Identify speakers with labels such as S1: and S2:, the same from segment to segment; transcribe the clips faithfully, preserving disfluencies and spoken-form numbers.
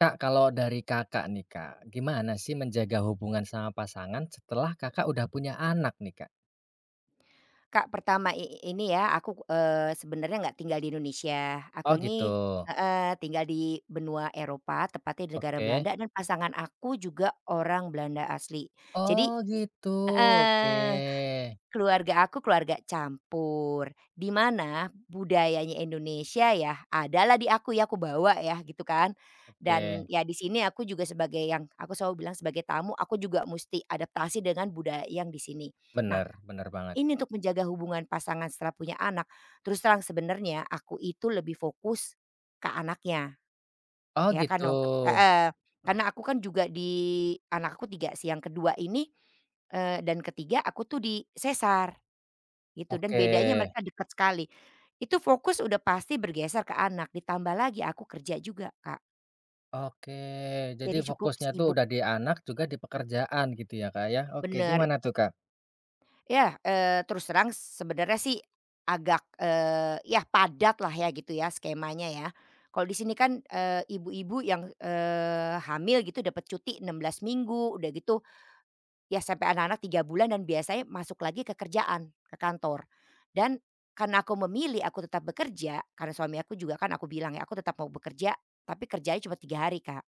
S1: Kak, kalau dari Kakak nih, Kak, gimana sih menjaga hubungan sama pasangan setelah Kakak udah punya anak nih, Kak?
S2: Kak, pertama i ini ya aku, eee, sebenarnya nggak tinggal di Indonesia.
S1: Oh
S2: Aku
S1: gitu,
S2: ini heeh, tinggal di benua Eropa, tepatnya di negara
S1: oke.
S2: Belanda dan pasangan aku juga orang Belanda asli. Jadi
S1: Oh gitu, oke.
S2: heeh, keluarga aku keluarga campur, di mana budayanya Indonesia ya adalah di aku ya, aku bawa ya gitu kan.
S1: Oke,
S2: Dan ya di sini aku juga sebagai yang aku selalu bilang sebagai tamu, aku juga mesti adaptasi dengan budaya yang di sini. Nah
S1: bener bener banget.
S2: ini untuk menjaga hubungan pasangan setelah punya anak. Terus terang sebenarnya aku itu lebih fokus ke anaknya,
S1: Oh
S2: ya kan
S1: gitu,
S2: waktu heeh, karena aku kan juga di anakku tiga 3 sih, yang ke ini, eee, dan ketiga aku tuh di sesar gitu dan
S1: oke
S2: bedanya mereka dekat sekali. Itu fokus udah pasti bergeser ke anak ditambah lagi aku kerja juga, Kak,
S1: oke. Jadi
S2: jadi cukup
S1: fokusnya tuh
S2: sibuk
S1: udah di anak juga di pekerjaan gitu ya, Kak, ya? Oke,
S2: bener.
S1: gimana tuh, Kak?
S2: Ya, eee, terus terang sebenarnya sih agak, eee, ya padat lah ya gitu ya skemanya ya. Kalau di sini kan, eee, ibu-ibu yang, eee, hamil gitu dapat cuti enam belas minggu, udah gitu ya sampai anak-anak tiga bulan dan biasanya masuk lagi ke kerjaan, ke kantor. Dan karena aku memilih aku tetap bekerja, karena suami aku juga kan aku bilang ya, "Aku tetap mau bekerja, tapi kerjanya cuma tiga hari, Kak."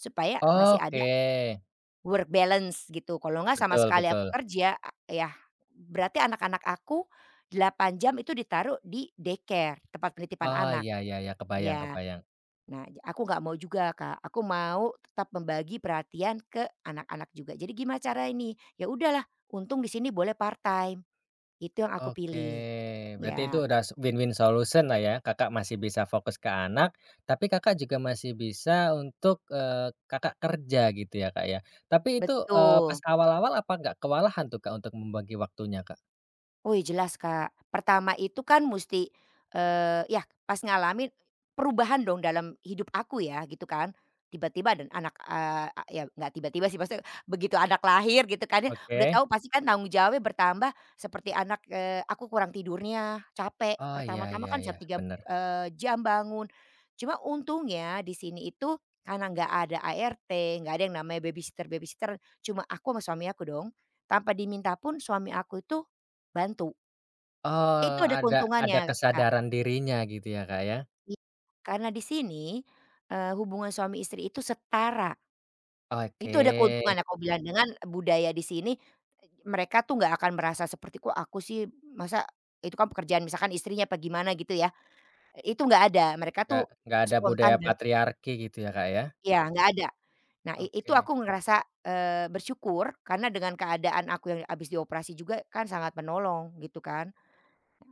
S2: Supaya masih ada
S1: Oke,
S2: work balance gitu, kalau nggak sama
S1: betul
S2: sekali
S1: betul.
S2: aku kerja, a yah berarti anak-anak aku delapan jam itu ditaruh di daycare, tempat penitipan
S1: Oh,
S2: anak,
S1: iya iya iya, kebayang
S2: ya.
S1: kebayang.
S2: Nah, ja aku nggak mau juga, Kak, aku mau tetap membagi perhatian ke anak-anak juga. Jadi gimana cara ini? Ya udahlah, untung di sini boleh part-time, itu yang aku
S1: Oke,
S2: pilih.
S1: berarti itu
S2: Ya,
S1: udah s win-win solution lah ya, Kakak masih bisa fokus ke anak, tapi Kakak juga masih bisa untuk, eee, Kakak kerja gitu ya, Kak, ya. Tapi itu, eee, pas
S2: betul.
S1: awal-awal apa nggak kewalahan tuh, Kak, untuk membagi waktunya, Kak?
S2: Wih, jelas, Kak. Pertama itu kan musti, eee, ya pas ngalamin perubahan dong dalam hidup aku ya gitu kan. Tiba-tiba dan anak, eee, a ya nggak tiba-tiba sih maksudnya begitu anak lahir gitu kan ya, udah
S1: Oke.
S2: tahu pasti kan tanggung jawabnya bertambah seperti anak, eee, aku kurang tidurnya, capek,
S1: Oh, iya
S2: pertama-tama
S1: iya
S2: kan
S1: iya,
S2: setiap tiga,
S1: bener.
S2: eee, jam bangun. Cuma untungnya di sini itu karena nggak ada A R T, nggak ada yang namanya babysitter-babysitter, cuma aku sama suami aku dong. Tanpa diminta pun suami aku itu bantu. Itu
S1: Oh,
S2: ada
S1: ada
S2: keuntungannya,
S1: ada
S2: Kak.
S1: kesadaran dirinya gitu ya, Kak, ya.
S2: Iya, karena di sini, eee, hubungan suami istri itu setara.
S1: Oke,
S2: Itu ada keuntungannya aku bilang dengan budaya di sini, eee, mereka tuh nggak akan merasa seperti, "Kok aku sih masa itu kan pekerjaan," misalkan istrinya apa gimana gitu ya, itu nggak ada. Mereka
S1: nggak
S2: tuh
S1: nggak ada budaya
S2: spontan dan
S1: patriarki gitu ya, Kak, ya?
S2: iya, nggak ada. Nah, i itu
S1: Oke
S2: aku ngerasa, eee, bersyukur karena dengan keadaan aku yang habis dioperasi juga kan sangat menolong gitu kan.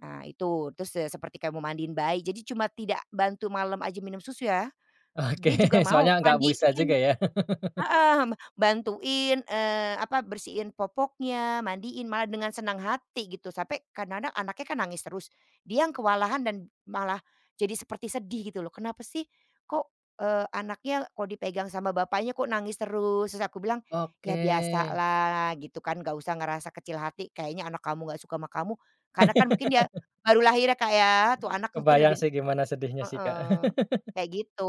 S2: Nah itu, terus, eee, seperti kayak mau mandiin bayi, jadi cuma tidak bantu malam aja minum susu ya,
S1: oke,
S2: dia juga mau
S1: soalnya nggak bisa juga
S2: mandiin.
S1: ya.
S2: Heeh, bantuin, eee, apa, bersihin popoknya, mandiin, malah dengan senang hati gitu, sampai kadang-kadang anaknya kan nangis terus, dia yang kewalahan dan malah jadi seperti sedih gitu loh, "Kenapa sih kok, eee, anaknya kalau dipegang sama bapaknya kok nangis terus?" Terus aku bilang,
S1: Oke.
S2: "Ya biasalah gitu kan, nggak usah ngerasa kecil hati, kayaknya anak kamu nggak suka sama kamu, karena kan mungkin dia baru lahir ya, Kak, ya, tuh anak mungkin
S1: Kebayang
S2: lebih
S1: sih gimana sedihnya sih, Kak.
S2: heeh, kayak gitu.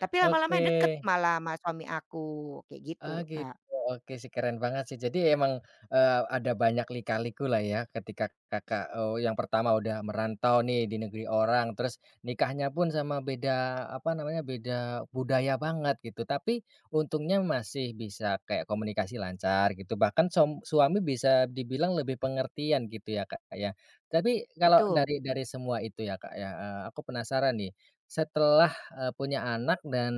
S2: Tapi lama-lama
S1: Oke.
S2: deket malah sama suami aku, kayak gitu,
S1: Ah gitu.
S2: Kak.
S1: Oke sih, keren banget sih. Jadi emang, eee, ada banyak lika lah ya ketika Kakak, eee, yang pertama udah merantau nih di negeri orang, terus nikahnya pun sama beda, apa namanya, beda budaya banget gitu. Tapi untungnya masih bisa kayak komunikasi lancar gitu, bahkan som suami bisa dibilang lebih pengertian gitu ya, Kak, ya. Tapi kalau
S2: Betul.
S1: dari dari semua itu ya, Kak, ya, eee, aku penasaran nih, setelah Eee, punya anak dan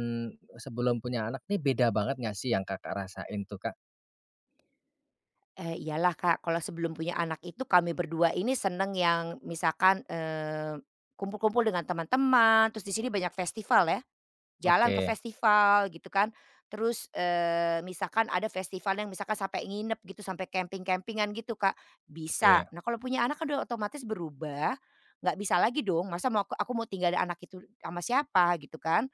S1: sebelum punya anak nih beda banget nggak sih yang Kakak rasain tuh, Kak?
S2: Eee, iyalah, Kak, kalau sebelum punya anak itu kami berdua ini seneng yang misalkan, eee, kumpul-kumpul dengan teman-teman, terus di sini banyak festival ya. Jalan ke
S1: Oke
S2: festival gitu kan, terus, eee, misalkan ada festival yang misalkan sampai nginep gitu, sampai camping-campingan gitu, Kak,
S1: oke.
S2: bisa. Nah, kalau punya anak kan udah otomatis berubah, nggak bisa lagi dong, masa mau aku aku mau tinggalin anak itu sama siapa gitu kan,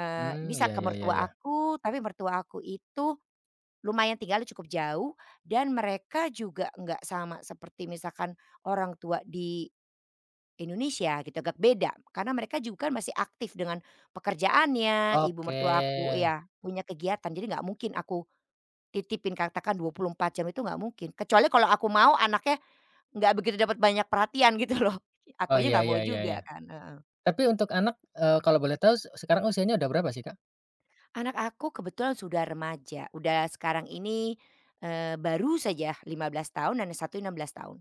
S2: eee,
S1: Hmm,
S2: bisa
S1: iya
S2: ke
S1: iya iya iya,
S2: mertua aku, tapi mertua aku itu lumayan tinggalnya cukup jauh dan mereka juga nggak sama seperti misalkan orang tua di Indonesia gitu, agak beda karena mereka juga kan masih aktif dengan pekerjaannya, ibu
S1: oke,
S2: mertua aku ya punya kegiatan jadi nggak mungkin aku titipin katakan dua puluh empat jam itu nggak mungkin, kecuali kalau aku mau anaknya nggak begitu dapat banyak perhatian gitu loh,
S1: oh
S2: akunya
S1: iya
S2: nggak mau
S1: iya iya iya.
S2: juga kan, heeh.
S1: Tapi untuk anak, eee, kalau boleh tahu se sekarang usianya udah berapa sih, Kak?
S2: Anak aku kebetulan sudah remaja, udah sekarang ini, eee, baru saja lima belas tahun dan yang satu enam belas tahun.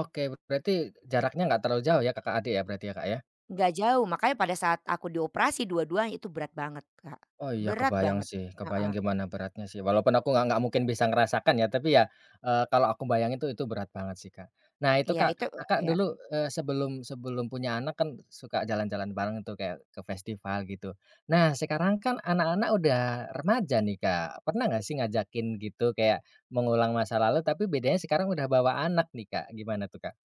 S1: Oke, berarti jaraknya nggak terlalu jauh ya kakak adik ya berarti ya, Kak, ya?
S2: Nggak jauh makanya pada saat aku dioperasi dua-duanya itu berat banget, Kak,
S1: Oh iya
S2: berat
S1: kebayang
S2: banget,
S1: sih, kebayang
S2: heeh,
S1: gimana beratnya sih, walaupun aku nggak nggak mungkin bisa ngerasakan ya, tapi ya, eee, kalau aku bayangin tuh itu berat banget sih, Kak. Nah itu
S2: iya
S1: Kak,
S2: itu
S1: Kakak
S2: iya.
S1: dulu, eee, sebelum sebelum punya anak kan suka jalan-jalan bareng tuh kayak ke festival gitu. Nah sekarang kan anak-anak udah remaja nih, Kak, pernah nggak sih ngajakin gitu kayak mengulang masa lalu, tapi bedanya sekarang udah bawa anak nih, Kak, gimana tuh, Kak?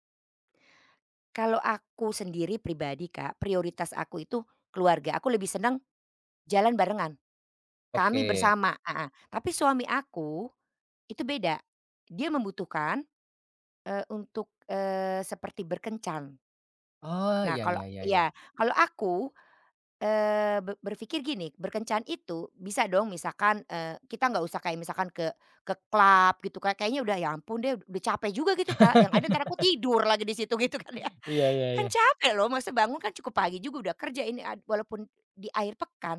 S2: Kalau aku sendiri pribadi Kak, prioritas aku itu keluarga, aku lebih senang jalan barengan, kami
S1: Oke.
S2: bersama heeh, tapi suami aku itu beda. Dia membutuhkan, eee, untuk, eee, seperti berkencan.
S1: Oh,
S2: Nah
S1: iya
S2: kalau
S1: iya iya iya.
S2: ya kalau aku, eee, be berpikir gini, berkencan itu bisa dong misalkan, eee, kita nggak usah kayak misalkan ke ke klub gitu, Kak, kayaknya udah ya ampun deh, udah capek juga gitu, Kak, yang ada ntar aku tidur lagi di situ gitu kan ya.
S1: Iya iya
S2: Kan
S1: iya.
S2: capek loh, masa bangun kan cukup pagi juga udah kerja ini ad walaupun di akhir pekan,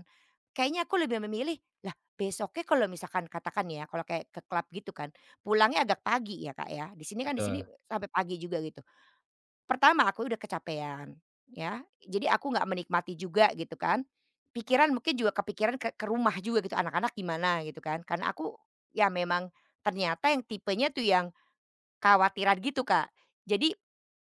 S2: kayaknya aku lebih memilih, lah besoknya kalau misalkan katakan ya, kalau kayak ke klub gitu kan, pulangnya agak pagi ya, Kak, ya. Di sini kan di sini
S1: Betul,
S2: sampai pagi juga gitu. Pertama aku udah kecapean, ya. Jadi aku nggak menikmati juga gitu kan. Pikiran mungkin juga kepikiran ke ke rumah juga gitu, anak-anak gimana gitu kan. Karena aku ya memang ternyata yang tipenya tuh yang khawatiran gitu, Kak. Jadi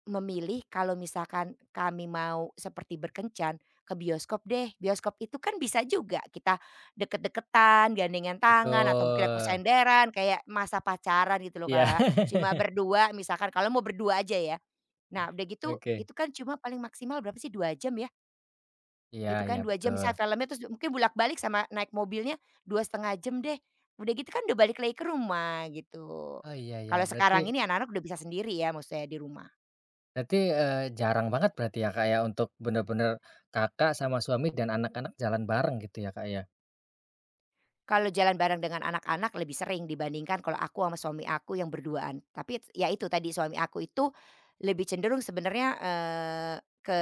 S2: memilih kalau misalkan kami mau seperti berkencan, ke bioskop deh. Bioskop itu kan bisa juga kita deket-deketan, gandengan tangan, atau mungkin aku
S1: betul.
S2: senderan kayak masa pacaran gitu loh,
S1: Iya.
S2: Kak. Cuma berdua misalkan kalau mau berdua aja ya. Nah udah gitu,
S1: Oke.
S2: itu kan cuma paling maksimal berapa sih dua jam ya?
S1: Iya
S2: Itu
S1: iya,
S2: kan dua jam
S1: betul.
S2: misalnya filmnya terus mungkin bolak-balik sama naik mobilnya dua setengah jam deh. Udah gitu kan udah balik lagi ke rumah gitu.
S1: Oh, iya iya,
S2: Kalau
S1: berarti
S2: sekarang ini anak-anak udah bisa sendiri ya maksudnya di rumah.
S1: berarti, eee, jarang banget berarti ya, Kak, ya, untuk bener-bener Kakak sama suami dan anak-anak jalan bareng gitu ya, Kak, ya?
S2: Kalau jalan bareng dengan anak-anak lebih sering dibandingkan kalau aku sama suami aku yang berduaan. Tapi ya itu tadi suami aku itu lebih cenderung sebenarnya, eee, ke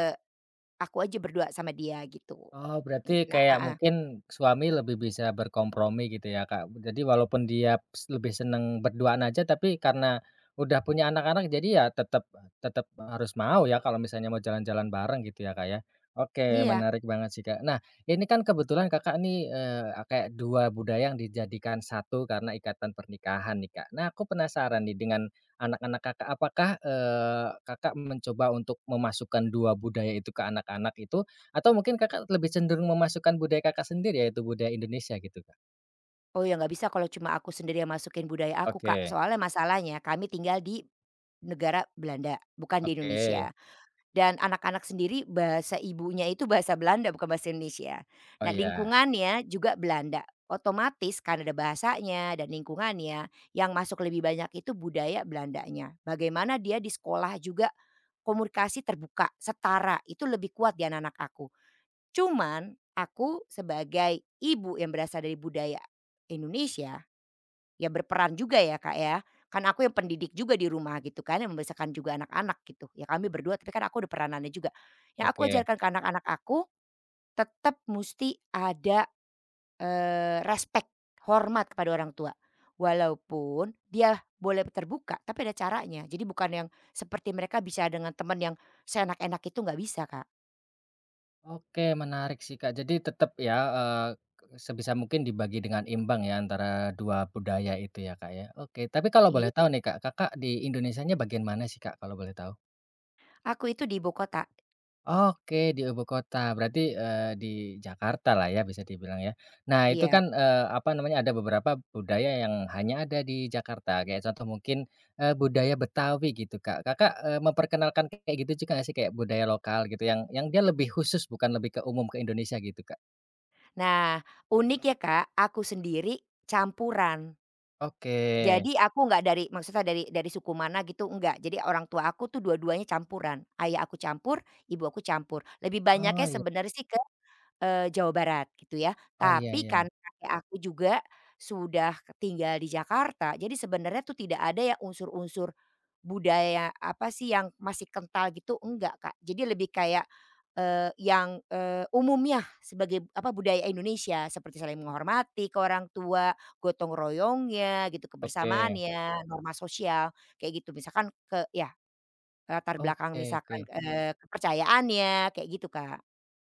S2: aku aja berdua sama dia gitu.
S1: Oh,
S2: N
S1: berarti
S2: nah
S1: kayak
S2: heeh,
S1: mungkin suami lebih bisa berkompromi gitu ya, Kak. Jadi walaupun dia s lebih seneng berduaan aja, tapi karena udah punya anak-anak jadi ya tetap tetap harus mau ya kalau misalnya mau jalan-jalan bareng gitu ya, Kak, ya. Oke,
S2: iya.
S1: menarik banget sih, Kak. Nah, ini kan kebetulan Kakak nih, eee, kayak dua budaya yang dijadikan satu karena ikatan pernikahan nih, Kak. Nah, aku penasaran nih dengan anak-anak Kakak, apakah, eee, Kakak mencoba untuk memasukkan dua budaya itu ke anak-anak itu atau mungkin Kakak lebih cenderung memasukkan budaya Kakak sendiri, yaitu budaya Indonesia gitu, Kak?
S2: Oh ya nggak bisa kalau cuma aku sendiri yang masukin budaya aku Kak,
S1: Oke
S2: soalnya masalahnya kami tinggal di negara Belanda, bukan di
S1: oke.
S2: Indonesia. Dan anak-anak sendiri bahasa ibunya itu bahasa Belanda bukan bahasa Indonesia.
S1: Oh
S2: Nah
S1: iya,
S2: lingkungannya juga Belanda, otomatis karena ada bahasanya dan lingkungannya yang masuk lebih banyak itu budaya Belandanya. Bagaimana dia di sekolah juga komunikasi terbuka, setara, itu lebih kuat di anak-anak aku. Cuman aku sebagai ibu yang berasal dari budaya Indonesia ya berperan juga ya, Kak, ya. Kan aku yang pendidik juga di rumah gitu kan, yang membesarkan juga anak-anak gitu. Ya kami berdua tapi kan aku ada peranannya juga. Yang aku
S1: oke.
S2: ajarkan ke anak-anak aku tetap mesti ada, eee, respect, hormat kepada orang tua. Walaupun dia boleh terbuka tapi ada caranya. Jadi bukan yang seperti mereka bisa dengan teman yang seenak-enak itu nggak bisa, Kak.
S1: Oke, menarik sih, Kak. Jadi tetap ya, eee, sebisa mungkin dibagi dengan imbang ya antara dua budaya itu ya, Kak, ya. Oke, tapi kalau
S2: I
S1: boleh tahu nih, Kak, Kakak di Indonesianya bagian mana sih, Kak, kalau boleh tahu?
S2: aku itu di ibu kota,
S1: Oke, di ibu kota. Berarti, eee, di Jakarta lah ya bisa dibilang ya. Nah itu
S2: iya.
S1: kan, eee, apa namanya, ada beberapa budaya yang hanya ada di Jakarta. Kayak contoh mungkin, eee, budaya Betawi gitu, Kak. Kakak, eee, memperkenalkan kayak gitu juga nggak sih? Kayak budaya lokal gitu yang yang dia lebih khusus bukan lebih ke umum ke Indonesia gitu, Kak?
S2: Nah unik ya, Kak, aku sendiri campuran.
S1: Oke.
S2: Jadi aku nggak dari maksudnya dari dari suku mana gitu enggak, jadi orang tua aku tuh dua-duanya campuran, ayah aku campur, ibu aku campur, lebih
S1: Oh
S2: banyaknya
S1: iya
S2: sebenarnya sih ke Eee, Jawa Barat gitu ya,
S1: oh iya
S2: tapi
S1: iya.
S2: karena kakek aku juga sudah tinggal di Jakarta, jadi sebenarnya tuh tidak ada ya unsur-unsur budaya apa sih yang masih kental gitu, enggak Kak. Jadi lebih kayak, eee, yang, eee, umumnya sebagai apa budaya Indonesia seperti saling menghormati ke orang tua, gotong royongnya gitu,
S1: Oke.
S2: kebersamaannya, norma sosial kayak gitu. Misalkan ke ya latar belakang
S1: Oke
S2: misalkan,
S1: oke.
S2: eee, kepercayaannya kayak gitu Kak,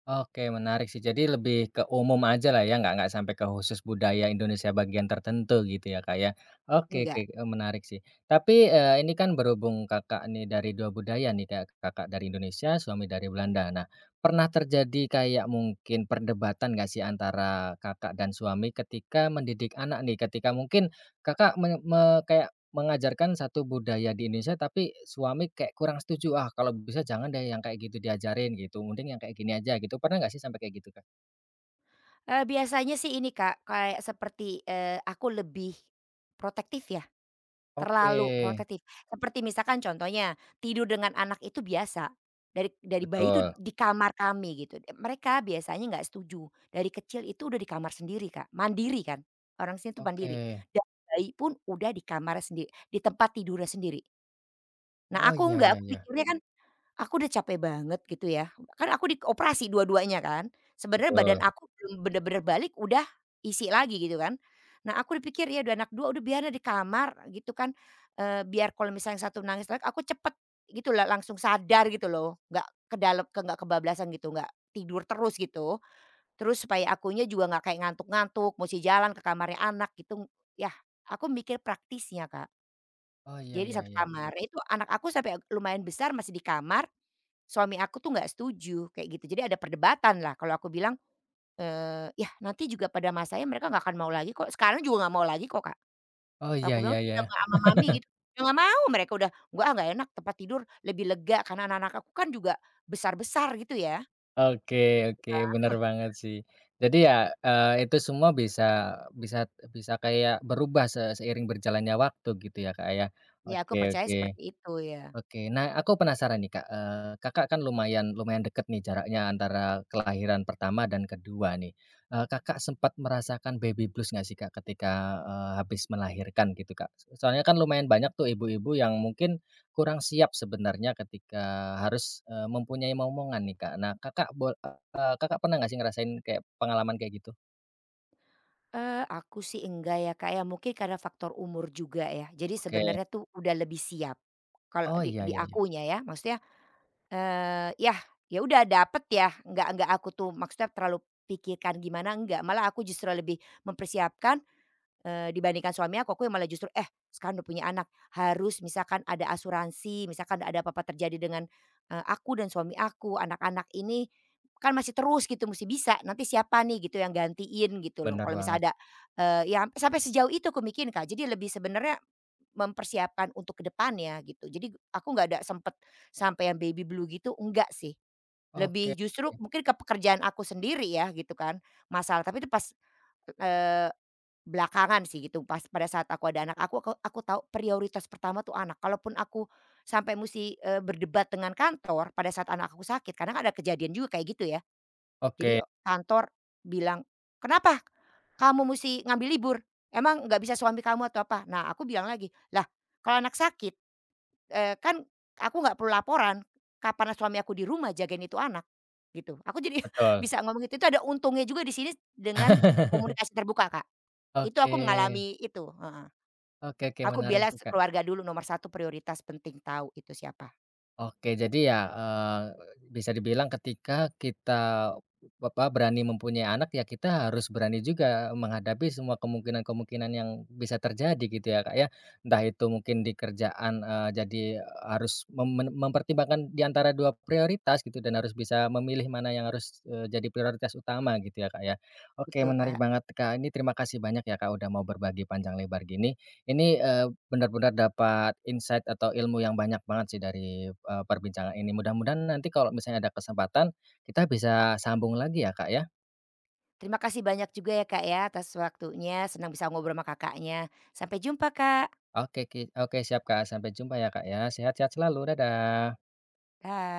S1: Oke, menarik sih. Jadi lebih ke umum aja lah ya, nggak nggak sampai ke khusus budaya Indonesia bagian tertentu gitu ya, Kak, ya. Oke oke,
S2: enggak.
S1: eee, menarik sih. Tapi, eee, ini kan berhubung Kakak nih dari dua budaya nih, Kak. Kakak dari Indonesia, suami dari Belanda. Nah, pernah terjadi kayak mungkin perdebatan nggak sih antara Kakak dan suami ketika mendidik anak nih? Ketika mungkin Kakak me me kayak mengajarkan satu budaya di Indonesia, tapi suami kayak kurang setuju, "Ah, kalau bisa jangan deh yang kayak gitu diajarin," gitu, "mending yang kayak gini aja," gitu. Pernah nggak sih sampai kayak gitu, Kak?
S2: Eee, biasanya sih ini Kak, kayak seperti, eee, aku lebih protektif ya,
S1: Oke,
S2: terlalu protektif. Seperti misalkan contohnya, tidur dengan anak itu biasa, dari dari bayi itu
S1: betul.
S2: di kamar kami gitu. Mereka biasanya nggak setuju, dari kecil itu udah di kamar sendiri Kak, mandiri kan, orang sini tuh mandiri.
S1: Oke.
S2: Dan bayi pun udah di kamarnya sendiri, di tempat tidurnya sendiri. Nah
S1: Oh,
S2: aku
S1: iya
S2: enggak,
S1: iya
S2: aku
S1: iya,
S2: pikirnya kan aku udah capek banget gitu ya, kan aku di operasi dua-duanya kan, sebenarnya badan
S1: betul.
S2: aku belum bener-bener balik udah isi lagi gitu kan. Nah aku dipikir ya udah anak dua udah biar ada di kamar gitu kan, eee, biar kalau misalnya yang satu nangis lagi aku cepet gitu la langsung sadar gitu loh, nggak ke dalam ke nggak kebablasan gitu, nggak tidur terus gitu. Terus supaya akunya juga nggak kayak ngantuk-ngantuk, musti jalan ke kamarnya anak gitu, ya aku mikir praktisnya, Kak.
S1: Oh, iya
S2: Jadi
S1: iya
S2: satu
S1: iya.
S2: kamar, itu anak aku sampai lumayan besar masih di kamar, suami aku tuh nggak setuju kayak gitu. Jadi ada perdebatan lah kalau aku bilang, eh ya nanti juga pada masanya mereka nggak akan mau lagi kok, sekarang juga nggak mau lagi kok Kak."
S1: Oh,
S2: Kalau
S1: iya
S2: aku
S1: iya
S2: bilang
S1: iya.
S2: tidak ma sama mami gitu, "Ya nggak mau," mereka udah, gua ah nggak enak tempat tidur lebih lega," karena anak-anak aku kan juga besar-besar gitu ya.
S1: Oke oke, bener banget sih. Jadi ya, eee, itu semua bisa bisa bisa kayak berubah se seiring berjalannya waktu gitu ya, Kak, ya.
S2: Ya aku
S1: Oke
S2: percaya
S1: oke.
S2: seperti itu ya.
S1: Oke. Nah, aku penasaran nih, Kak, eee, Kakak kan lumayan lumayan deket nih jaraknya antara kelahiran pertama dan kedua nih. Eee, Kakak sempat merasakan baby blues nggak sih, Kak, ketika, eee, habis melahirkan gitu, Kak? Soalnya kan lumayan banyak tuh ibu-ibu yang mungkin kurang siap sebenarnya ketika harus, eee, mempunyai momongan nih, Kak. Nah, Kakak bol eee, Kakak pernah nggak sih ngerasain kayak pengalaman kayak gitu?
S2: Eee, aku sih enggak ya Kak ya, mungkin karena faktor umur juga ya. Jadi
S1: Oke.
S2: sebenarnya tuh udah lebih siap, kalau
S1: Oh,
S2: di
S1: iya
S2: di
S1: iya iya.
S2: akunya ya, maksudnya Eee, yah, ya udah dapet ya, nggak nggak aku tuh maksudnya terlalu pikirkan gimana, enggak. Malah aku justru lebih mempersiapkan, eee, dibandingkan suami aku, aku yang malah justru, "Eh, sekarang udah punya anak, harus misalkan ada asuransi, misalkan ada apa-apa terjadi dengan, eee, aku dan suami aku, anak-anak ini kan masih terus gitu, mesti bisa. Nanti siapa nih gitu yang gantiin?" Gitu loh.
S1: Bener
S2: Kalau
S1: banget.
S2: misalnya ada, eee, ya sampai sejauh itu aku mikirin, Kak. Jadi lebih sebenarnya mempersiapkan untuk ke depannya gitu. Jadi aku nggak ada sempet sampai yang baby blue gitu, enggak sih.
S1: Oke.
S2: Lebih justru mungkin ke pekerjaan aku sendiri ya gitu kan, masalah tapi itu pas, eee, belakangan sih gitu, pas pada saat aku ada anak aku aku aku tahu prioritas pertama tuh anak. Kalaupun aku sampai musti, eee, berdebat dengan kantor pada saat anak aku sakit, kadang ada kejadian juga kayak gitu ya. Jadi
S1: Oke,
S2: kantor bilang, "Kenapa kamu musti ngambil libur? Emang nggak bisa suami kamu atau apa?" Nah aku bilang lagi, "Lah kalau anak sakit Eee, kan aku nggak perlu laporan, kapan suami aku di rumah jagain itu anak, gitu. Aku jadi
S1: betul.
S2: bisa ngomong itu, itu ada untungnya juga di sini dengan komunikasi terbuka, Kak. Itu
S1: Oke.
S2: aku mengalami itu, heeh.
S1: Oke oke,
S2: Aku
S1: menarik
S2: bela
S1: sih,
S2: se
S1: Kak.
S2: keluarga dulu nomor satu prioritas penting tahu itu siapa.
S1: Oke, jadi ya, eee, bisa dibilang ketika kita apa, berani mempunyai anak ya kita harus berani juga menghadapi semua kemungkinan-kemungkinan yang bisa terjadi gitu ya, Kak, ya. Entah itu mungkin di kerjaan, eee, jadi harus mem men- mempertimbangkan di antara dua prioritas gitu dan harus bisa memilih mana yang harus, eee, jadi prioritas utama gitu ya, Kak, ya. Oke
S2: Betul,
S1: menarik
S2: Kak.
S1: banget, Kak, ini terima kasih banyak ya, Kak, udah mau berbagi panjang lebar gini. Ini, eee, benar-benar dapat insight atau ilmu yang banyak banget sih dari, eee, perbincangan ini. Mudah-mudahan nanti kalau misalnya ada kesempatan, kita bisa sambung lagi ya, Kak, ya.
S2: Terima kasih banyak juga ya, Kak, ya atas waktunya, senang bisa ngobrol sama Kakaknya. Sampai jumpa, Kak.
S1: Oke ki oke siap, Kak. Sampai jumpa ya, Kak, ya. Sehat-sehat selalu. Dadah.
S2: Dah.